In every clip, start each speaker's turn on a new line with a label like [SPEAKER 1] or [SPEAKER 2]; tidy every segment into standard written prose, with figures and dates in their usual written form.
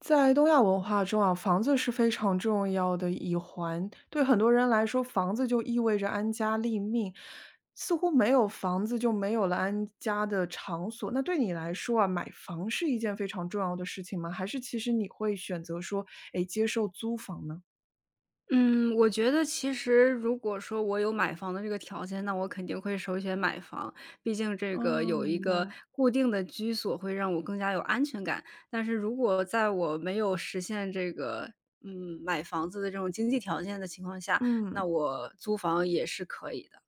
[SPEAKER 1] 在东亚文化中啊，房子是非常重要的一环。对很多人来说，房子就意味着安家立命，似乎没有房子就没有了安家的场所。那对你来说啊，买房是一件非常重要的事情吗？还是其实你会选择说，哎，接受租房呢？
[SPEAKER 2] 嗯，我觉得其实如果说我有买房的这个条件，那我肯定会首选买房。毕竟这个
[SPEAKER 1] 嗯
[SPEAKER 2] 有一
[SPEAKER 1] 明白。
[SPEAKER 2] 个固定的居所会让我更加有安全感。但是如果在我没有实现这个，买房子的这种经济条件的情况下，那
[SPEAKER 1] 嗯，
[SPEAKER 2] 我租房也是可以的。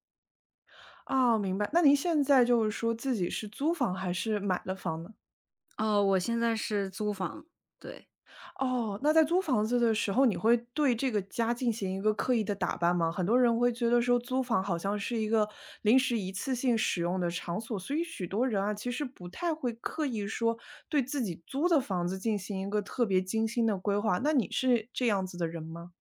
[SPEAKER 1] 哦，明白。那您现在就是说自己是租房还是买了房呢？
[SPEAKER 2] 哦，我现在是租房，对。
[SPEAKER 1] 哦，那在租房子的时候，你会对这个家进行一个刻意的打扮吗？很多人会觉得说租房好像是一个临时一次性使用的场所，所以许多人啊，其实不太会刻意说对自己租的房子进行一个特别精心的规划。那你是这样子的人吗？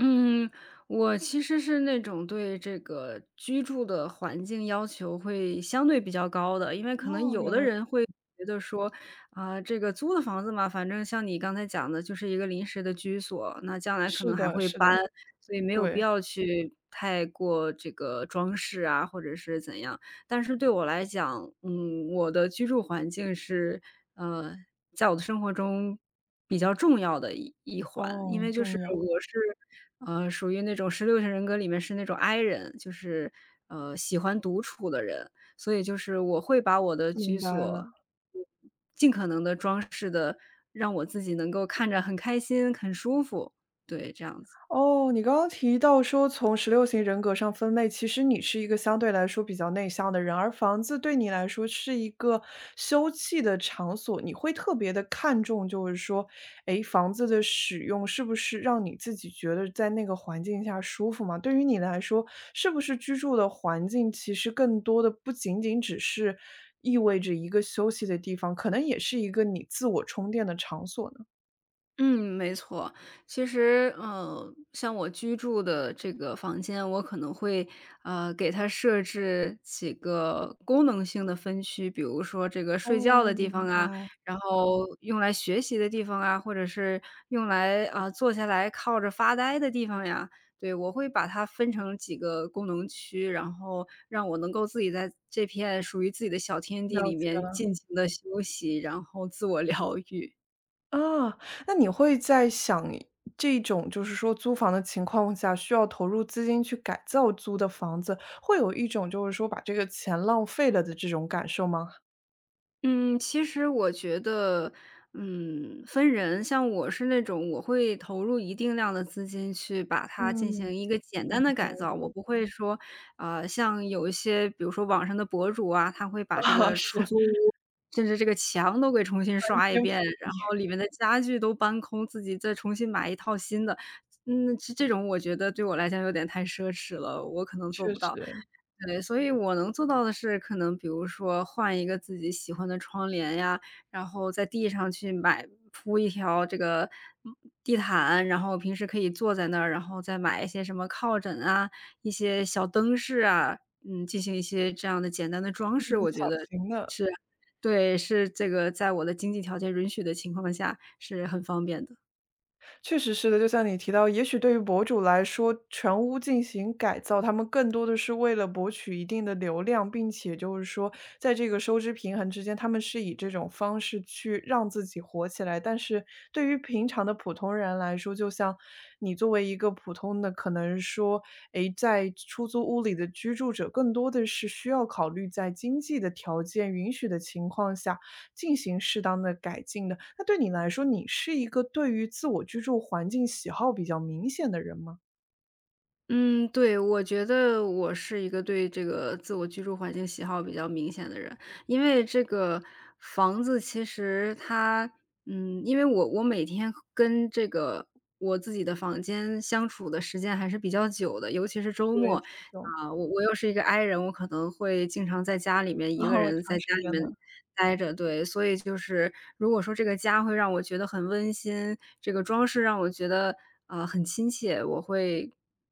[SPEAKER 2] 嗯，我其实是那种对这个居住的环境要求会相对比较高的，因为可能
[SPEAKER 1] 哦，
[SPEAKER 2] 有
[SPEAKER 1] 原
[SPEAKER 2] 的
[SPEAKER 1] 来
[SPEAKER 2] 人会觉得说，这个租的房子嘛，反正像你刚才讲的，就是一个临时的居所，那将来可
[SPEAKER 1] 是
[SPEAKER 2] 能还
[SPEAKER 1] 的，
[SPEAKER 2] 会
[SPEAKER 1] 是
[SPEAKER 2] 搬，
[SPEAKER 1] 的，
[SPEAKER 2] 所以没有必
[SPEAKER 1] 对，
[SPEAKER 2] 要去太过这个装饰啊，或者是怎样。但是对我来讲，我的居住环境是，呃，在我的生活中比较重要的一环。因
[SPEAKER 1] 哦，
[SPEAKER 2] 为就是
[SPEAKER 1] 重要，
[SPEAKER 2] 我是，属于那种十六型人格里面是那种 I 人，就是，喜欢独处的人。所以就是我会把我的居
[SPEAKER 1] 明白
[SPEAKER 2] 所，
[SPEAKER 1] 了。
[SPEAKER 2] 嗯尽可能的装饰的，让我自己能够看着很开心、很舒服，对，这样子。
[SPEAKER 1] 哦，你刚刚提到说从十六型人格上分类，其实你是一个相对来说比较内向的人，而房子对你来说是一个休憩的场所，你会特别的看重，就是说，诶，房子的使用是不是让你自己觉得在那个环境下舒服嘛？对于你来说，是不是居住的环境其实更多的不仅仅只是意味着一个休息的地方，可能也是一个你自我充电的场所呢？
[SPEAKER 2] 嗯，没错。其实，像我居住的这个房间，我可能会，给它设置几个功能性的分区，比如说这个睡觉
[SPEAKER 1] 哦，
[SPEAKER 2] 的地方
[SPEAKER 1] 明
[SPEAKER 2] 啊，
[SPEAKER 1] 白，
[SPEAKER 2] 然后用来学习的地方啊，或者是用来啊、坐下来靠着发呆的地方呀。对，我会把它分成几个功能区，然后让我能够自己在这片属于自己的小天地
[SPEAKER 1] 了
[SPEAKER 2] 里
[SPEAKER 1] 解
[SPEAKER 2] 面
[SPEAKER 1] 了。
[SPEAKER 2] 尽情的休息，然后自我疗愈。
[SPEAKER 1] 啊，那你会在想这种就是说租房的情况下，需要投入资金去改造租的房子，会有一种就是说把这个钱浪费了的这种感受吗？
[SPEAKER 2] 嗯，其实我觉得，分人。像我是那种，我会投入一定量的资金去把它进
[SPEAKER 1] 嗯，
[SPEAKER 2] 行一个简
[SPEAKER 1] 明
[SPEAKER 2] 单的改
[SPEAKER 1] 白。
[SPEAKER 2] 造，我不会说，像有一些比如说网上的博主啊，他会把 这
[SPEAKER 1] 啊，
[SPEAKER 2] 个
[SPEAKER 1] 是，
[SPEAKER 2] 出
[SPEAKER 1] 翻
[SPEAKER 2] 租屋，甚至这个墙都给重新刷一
[SPEAKER 1] 天赋
[SPEAKER 2] 遍，然
[SPEAKER 1] 异，
[SPEAKER 2] 后里面的家具都搬空，自己再重新买一套新的。这种我觉得对我来讲有点太奢侈了，我可能做
[SPEAKER 1] 确
[SPEAKER 2] 不到。
[SPEAKER 1] 实，
[SPEAKER 2] 对，所以我能做到的是，可能比如说换一个自己喜欢的窗帘呀，然后在地上去买铺一条这个嗯地毯，然后平时可以坐在那儿，然后再买一些什么靠枕啊，一些小灯饰啊，进行一些这样的简单的装
[SPEAKER 1] 嗯，
[SPEAKER 2] 饰，我觉
[SPEAKER 1] 小
[SPEAKER 2] 得
[SPEAKER 1] 型的。
[SPEAKER 2] 是。对，是这个在我的经济条件允许的情况下是很方便的。
[SPEAKER 1] 确实是的，就像你提到，也许对于博主来说，全屋进行改造，他们更多的是为了博取一定的流量，并且就是说，在这个收支平衡之间，他们是以这种方式去让自己火起来。但是对于平常的普通人来说，就像你作为一个普通的，可能说，诶，在出租屋里的居住者，更多的是需要考虑在经济的条件允许的情况下，进行适当的改进的。那对你来说，你是一个对于自我居住环境喜好比较明显的人吗？
[SPEAKER 2] 嗯，对，我觉得我是一个对这个自我居住环境喜好比较明显的人，因为这个房子其实它，嗯，因为我每天跟这个我自己的房间相处的时间还是比较久的，尤其是周末，
[SPEAKER 1] 对，挺久，
[SPEAKER 2] 啊，我又是一个 i 人，我可能会经常在家里面一
[SPEAKER 1] 然
[SPEAKER 2] 个
[SPEAKER 1] 后
[SPEAKER 2] 人在
[SPEAKER 1] 长
[SPEAKER 2] 家
[SPEAKER 1] 时
[SPEAKER 2] 里
[SPEAKER 1] 间
[SPEAKER 2] 面
[SPEAKER 1] 的，
[SPEAKER 2] 待着，对，所以就是如果说这个家会让我觉得很温馨，这个装饰让我觉得很亲切，我会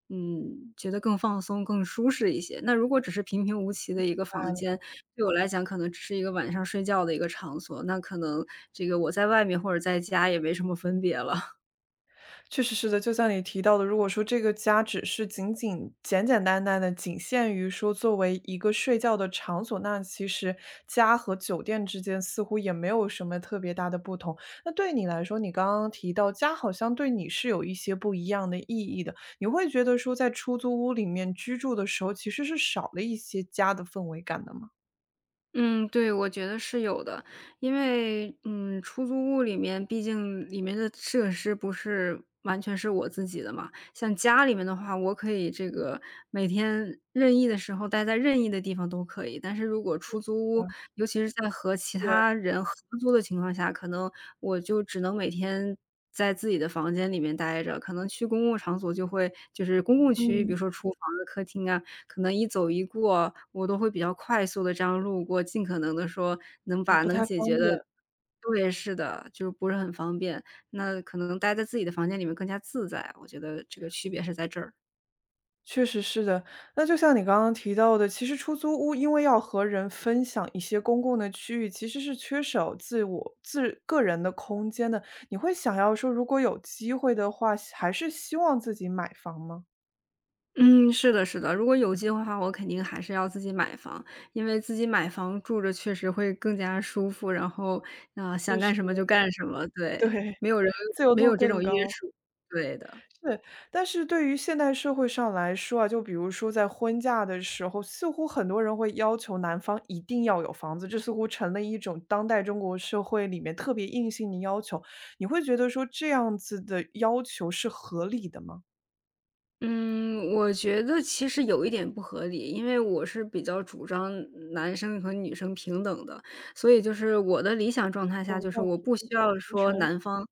[SPEAKER 2] 觉得更放松、更舒适一些。那如果只是平平无奇的一个房
[SPEAKER 1] 哎。
[SPEAKER 2] 间，对我来讲可能只是一个晚上睡觉的一个场所，那可能这个我在外面或者在家也没什么分别了。
[SPEAKER 1] 确实是的，就像你提到的，如果说这个家只是仅仅简简单单的仅限于说作为一个睡觉的场所，那其实家和酒店之间似乎也没有什么特别大的不同。那对你来说，你刚刚提到家好像对你是有一些不一样的意义的，你会觉得说在出租屋里面居住的时候，其实是少了一些家的氛围感的吗？
[SPEAKER 2] 嗯，对，我觉得是有的，因为出租屋里面毕竟里面的设施不是完全是我自己的嘛，像家里面的话，我可以这个每天任意的时候待在任意的地方都可以，但是如果出租屋，
[SPEAKER 1] 嗯，
[SPEAKER 2] 尤其是在和其
[SPEAKER 1] 对。
[SPEAKER 2] 他人合租的情况下，可能我就只能每天。在自己的房间里面待着，可能去公共场所就会，就是公共区域，比
[SPEAKER 1] 嗯，
[SPEAKER 2] 如说厨房啊、客厅啊，可能一走一过，我都会比较快速的这样路过，尽可能的说能
[SPEAKER 1] 我
[SPEAKER 2] 把
[SPEAKER 1] 不
[SPEAKER 2] 能
[SPEAKER 1] 太
[SPEAKER 2] 解
[SPEAKER 1] 方
[SPEAKER 2] 决
[SPEAKER 1] 便。
[SPEAKER 2] 的。对，是的，就是不是很方便。那可能待在自己的房间里面更加自在，我觉得这个区别是在这儿。
[SPEAKER 1] 确实是的，那就像你刚刚提到的，其实出租屋因为要和人分享一些公共的区域，其实是缺少自我自个人的空间的。你会想要说，如果有机会的话，还是希望自己买房吗？
[SPEAKER 2] 嗯，是的是的，如果有机会的话，我肯定还是要自己买房，因为自己买房住着确实会更加舒服，然后，想
[SPEAKER 1] 就
[SPEAKER 2] 干
[SPEAKER 1] 是
[SPEAKER 2] 什么就干什么，对，
[SPEAKER 1] 对，
[SPEAKER 2] 没有人
[SPEAKER 1] 自由
[SPEAKER 2] 没
[SPEAKER 1] 度
[SPEAKER 2] 有这种
[SPEAKER 1] 更
[SPEAKER 2] 约
[SPEAKER 1] 高。
[SPEAKER 2] 束，对的。
[SPEAKER 1] 对，但是对于现代社会上来说啊，就比如说在婚嫁的时候，似乎很多人会要求男方一定要有房子，这似乎成了一种当代中国社会里面特别硬性的要求。你会觉得说这样子的要求是合理的吗？
[SPEAKER 2] 嗯，我觉得其实有一点不合理，因为我是比较主张男生和女生平等的，所以就是我的理想状态下，
[SPEAKER 1] 哦，
[SPEAKER 2] 就是
[SPEAKER 1] 要
[SPEAKER 2] 我不需要
[SPEAKER 1] 平
[SPEAKER 2] 说
[SPEAKER 1] 权。
[SPEAKER 2] 男方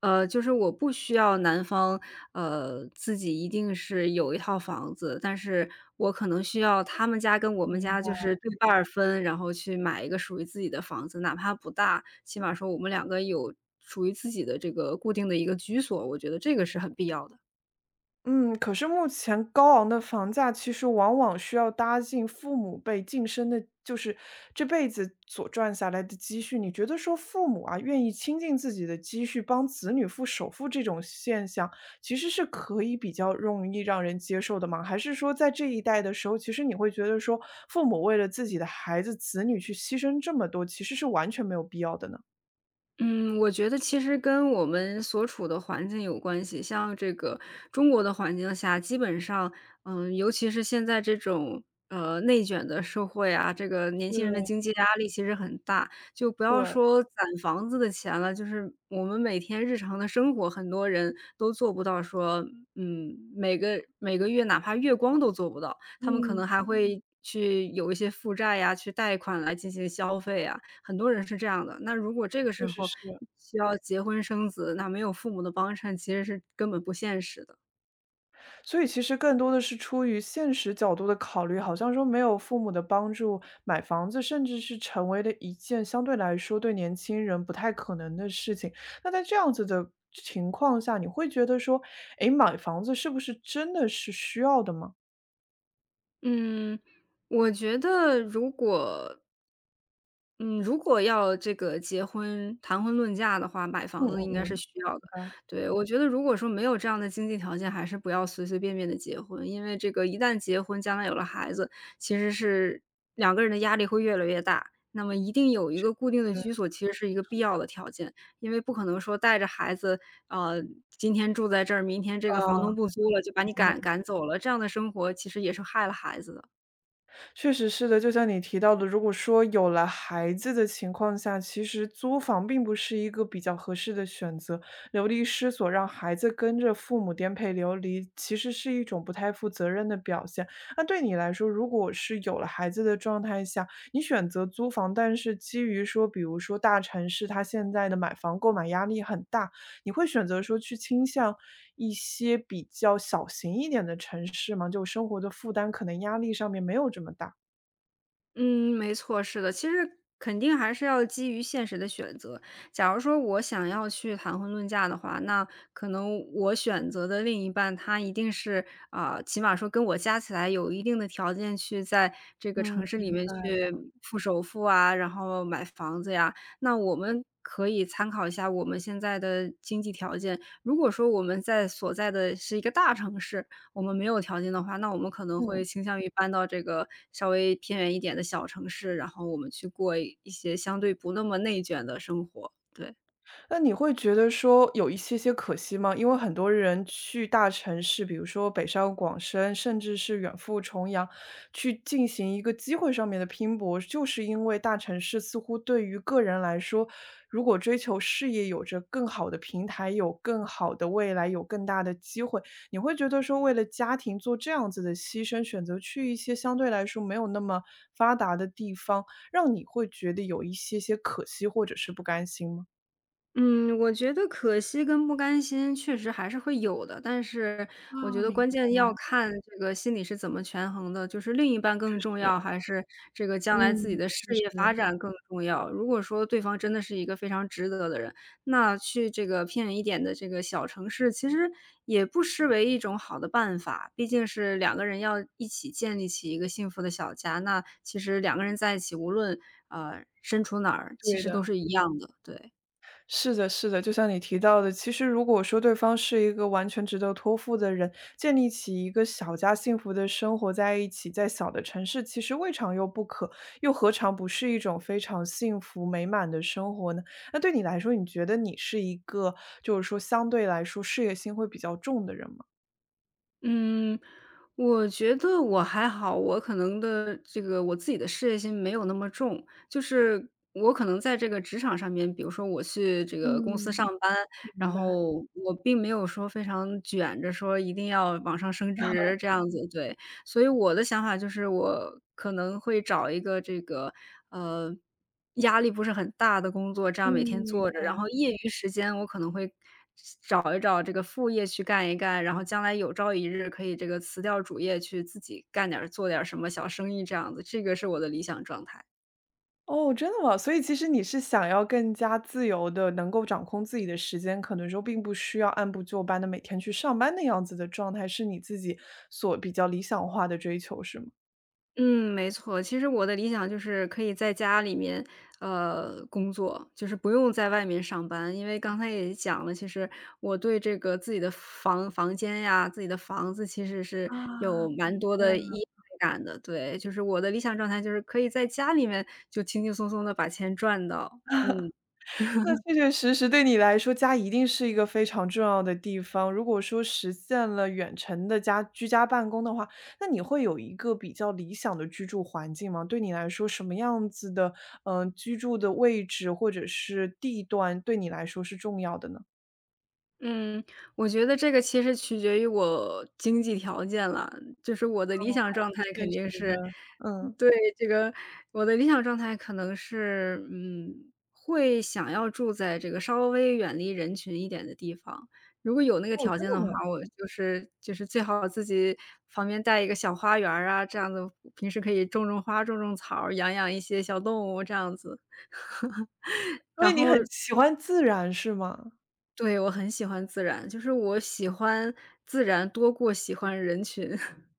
[SPEAKER 2] 呃，就是我不需要男方，呃，自己一定是有一套房子，但是我可能需要他们家跟我们
[SPEAKER 1] 嗯
[SPEAKER 2] 家就是对半儿分，然后去买一个属于自己的房子，哪怕不大，起码说我们两个有属于自己的这个固定的一个居所，我觉得这个是很必要的。
[SPEAKER 1] 嗯，可是目前高昂的房价其实往往需要搭进父母辈晋升的，就是这辈子所赚下来的积蓄。你觉得说父母啊，愿意倾尽自己的积蓄帮子女付首付这种现象，其实是可以比较容易让人接受的吗？还是说在这一代的时候，其实你会觉得说父母为了自己的孩子、子女去牺牲这么多，其实是完全没有必要的呢？
[SPEAKER 2] 嗯，我觉得其实跟我们所处的环境有关系。像这个中国的环境下，基本上，尤其是现在这种内卷的社会啊，这个年轻人的
[SPEAKER 1] 是，
[SPEAKER 2] 经济压力其实很大。就不要
[SPEAKER 1] 对，
[SPEAKER 2] 说攒房子的钱了，就是我们每天日常的生活，很多人都做不到说，每个月哪怕月光都做不到，他们可
[SPEAKER 1] 嗯，
[SPEAKER 2] 能还会去有一些负债呀，去贷款来进行消费啊。很多人是这样的。那如果这个
[SPEAKER 1] 确
[SPEAKER 2] 时
[SPEAKER 1] 实
[SPEAKER 2] 候
[SPEAKER 1] 是。
[SPEAKER 2] 需要结婚生子，那没有父母的帮衬，其实是根本不现实的。
[SPEAKER 1] 所以其实更多的是出于现实角度的考虑，好像说没有父母的帮助，买房子甚至是成为了一件相对来说对年轻人不太可能的事情。那在这样子的情况下，你会觉得说，诶，买房子是不是真的是需要的吗？
[SPEAKER 2] 嗯，我觉得如果嗯，如果要这个结婚谈婚论嫁的话，买
[SPEAKER 1] 嗯
[SPEAKER 2] 房子
[SPEAKER 1] 嗯
[SPEAKER 2] 应
[SPEAKER 1] 嗯，
[SPEAKER 2] 该是需要
[SPEAKER 1] 明
[SPEAKER 2] 的。
[SPEAKER 1] 白，
[SPEAKER 2] 对，我觉得如果说没有这样的经济条件，还是不要随随便便的结婚，因为这个一旦结婚，将来有了孩子，其实是两个人的压力会越来越大。那么一定有一个固定的
[SPEAKER 1] 对，
[SPEAKER 2] 居所，其实是一个必要的条件，因为不可能说带着孩子，呃，今天住在这儿，明天这个房东
[SPEAKER 1] 啊。
[SPEAKER 2] 不租了，就把你赶走了，这样的生活其实也是害了孩子的。
[SPEAKER 1] 确实是的，就像你提到的，如果说有了孩子的情况下，其实租房并不是一个比较合适的选择。流离失所，让孩子跟着父母颠沛流离，其实是一种不太负责任的表现。那对你来说，如果是有了孩子的状态下，你选择租房，但是基于说，比如说大城市它现在的买房购买压力很大，你会选择说去倾向一些比较小型一点的城市吗？就生活的负担可能压力上面没有这么大。
[SPEAKER 2] 嗯，没错，是的，其实肯定还是要基于现实的选择。假如说我想要去谈婚论嫁的话，那可能我选择的另一半，他一定是啊、起码说跟我加起来有一定的条件去在这个城
[SPEAKER 1] 嗯，
[SPEAKER 2] 市
[SPEAKER 1] 明
[SPEAKER 2] 里面
[SPEAKER 1] 白
[SPEAKER 2] 去
[SPEAKER 1] 了，
[SPEAKER 2] 付首付啊，然后买房子呀。那我们可以参考一下我们现在的经济条件。如果说我们在所在的是一个大城市，我们没有条件的话，那我们可能会
[SPEAKER 1] 嗯。
[SPEAKER 2] 倾向于搬到这个稍微偏远一点的小城市，然后我们去过一些相对不那么内卷的生活，对。
[SPEAKER 1] 那你会觉得说有一些些可惜吗？因为很多人去大城市，比如说北上广深，甚至是远赴重洋，去进行一个机会上面的拼搏，就是因为大城市似乎对于个人来说，如果追求事业有着更好的平台，有更好的未来，有更大的机会，你会觉得说为了家庭做这样子的牺牲，选择去一些相对来说没有那么发达的地方，让你会觉得有一些些可惜或者是不甘心吗？
[SPEAKER 2] 嗯，我觉得可惜跟不甘心确实还是会有的，但是我觉
[SPEAKER 1] 啊，
[SPEAKER 2] 得
[SPEAKER 1] 明
[SPEAKER 2] 关键
[SPEAKER 1] 白，
[SPEAKER 2] 要看这个心理是怎么权衡的，就是另一半
[SPEAKER 1] 确
[SPEAKER 2] 更重要，
[SPEAKER 1] 实，
[SPEAKER 2] 还是这个将来自己
[SPEAKER 1] 嗯，
[SPEAKER 2] 的事
[SPEAKER 1] 确
[SPEAKER 2] 业发
[SPEAKER 1] 实，
[SPEAKER 2] 展更重要。如果说对方真的是一个非常值得的人，那去这个偏远一点的这个小城市，其实也不失为一种好的办法。毕竟是两个人要一起建立起一个幸福的小家，那其实两个人在一起，无论身处哪儿，其
[SPEAKER 1] 对
[SPEAKER 2] 实都
[SPEAKER 1] 的，
[SPEAKER 2] 是一样的，对。
[SPEAKER 1] 是的，是的，就像你提到的，其实如果说对方是一个完全值得托付的人，建立起一个小家幸福的生活在一起，在小的城市，其实未尝又不可，又何尝不是一种非常幸福美满的生活呢？那对你来说，你觉得你是一个，就是说相对来说事业心会比较重的人吗？
[SPEAKER 2] 嗯，我觉得我还好，我可能的这个我自己的事业心没有那么重，就是我可能在这个职场上面，比如说我去这个公司
[SPEAKER 1] 嗯，
[SPEAKER 2] 上班，
[SPEAKER 1] 明
[SPEAKER 2] 然
[SPEAKER 1] 白，
[SPEAKER 2] 后我并没有说非常卷着说一定要往上升职这样子，对。所以我的想法就是，我可能会找一个这个，呃，压力不是很大的工作，这
[SPEAKER 1] 嗯，
[SPEAKER 2] 样每天
[SPEAKER 1] 明
[SPEAKER 2] 做着，然后业余时间我可能会找一找这个副业去干一干，然后将来有朝一日可以这个辞掉主业去自己干点儿做点儿什么小生意这样子，这个是我的理想状态。
[SPEAKER 1] 哦，真的吗？所以其实你是想要更加自由的，能够掌控自己的时间，可能说并不需要按部就班的每天去上班那样子的状态，是你自己所比较理想化的追求，是吗？
[SPEAKER 2] 嗯，没错。其实我的理想就是可以在家里面，工作，就是不用在外面上班。因为刚才也讲了，其实我对这个自己的房间呀，自己的房子其实是
[SPEAKER 1] 啊，
[SPEAKER 2] 有蛮
[SPEAKER 1] 明
[SPEAKER 2] 多
[SPEAKER 1] 白。
[SPEAKER 2] 的依赖感的。对，就是我的理想状态就是可以在家里面就轻轻松松的把钱赚到，嗯。
[SPEAKER 1] 那确确实实对你来说，家一定是一个非常重要的地方。如果说实现了远程的家居家办公的话，那你会有一个比较理想的居住环境吗？对你来说，什么样子的，嗯、居住的位置或者是地段，对你来说是重要的呢？
[SPEAKER 2] 嗯，我觉得这个其实取决于我经济条件了，就是我的理想状态
[SPEAKER 1] 是现
[SPEAKER 2] 肯定
[SPEAKER 1] 实
[SPEAKER 2] 是。
[SPEAKER 1] 的，嗯，
[SPEAKER 2] 对，这个我的理想状态可能是，会想要住在这个稍微远离人群一点的地方。如果有那个
[SPEAKER 1] 哦，
[SPEAKER 2] 条
[SPEAKER 1] 真
[SPEAKER 2] 件
[SPEAKER 1] 的
[SPEAKER 2] 的话，
[SPEAKER 1] 吗？
[SPEAKER 2] 我最好自己旁边带一个小花园儿啊，这样子平时可以种种花、种种草儿，养养一些小动物这样子。
[SPEAKER 1] 因
[SPEAKER 2] 然
[SPEAKER 1] 为你
[SPEAKER 2] 后
[SPEAKER 1] 很喜欢自然，是吗？
[SPEAKER 2] 对，我很喜欢自然，就是我喜欢自然多过喜欢人群。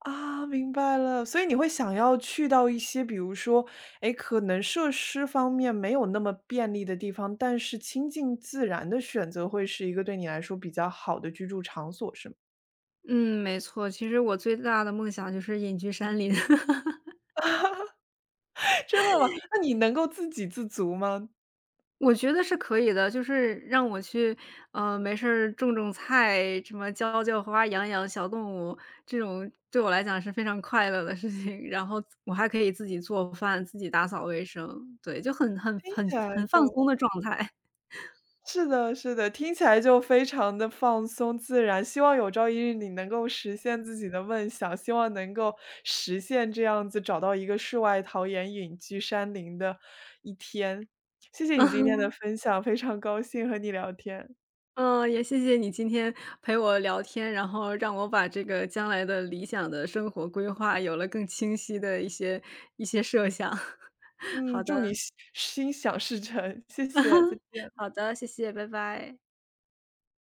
[SPEAKER 1] 啊，明白了。所以你会想要去到一些，比如说，哎，可能设施方面没有那么便利的地方，但是亲近自然的选择会是一个对你来说比较好的居住场所，是吗？
[SPEAKER 2] 嗯，没错，其实我最大的梦想就是隐居山林。
[SPEAKER 1] 真的吗？那你能够自给自足吗？
[SPEAKER 2] 我觉得是可以的，就是让我去，没事儿种种菜，什么浇浇花、养养小动物，这种对我来讲是非常快乐的事情。然后我还可以自己做饭、自己打扫卫生，对，就很很
[SPEAKER 1] 听
[SPEAKER 2] 很
[SPEAKER 1] 起来
[SPEAKER 2] 很放
[SPEAKER 1] 就
[SPEAKER 2] 松的状态。
[SPEAKER 1] 是的，是的，听起来就非常的放松自然。希望有朝一日你能够实现自己的梦想，希望能够实现这样子找到一个世外桃源、隐居山林的一天。谢谢你今天的分享，非常高兴和你聊天。
[SPEAKER 2] 嗯，也谢谢你今天陪我聊天，然后让我把这个将来的理想的生活规划有了更清晰的一些设想。好
[SPEAKER 1] 嗯，祝你
[SPEAKER 2] 的，
[SPEAKER 1] 心心想事成，谢谢，再见。
[SPEAKER 2] 好的，谢谢，拜拜。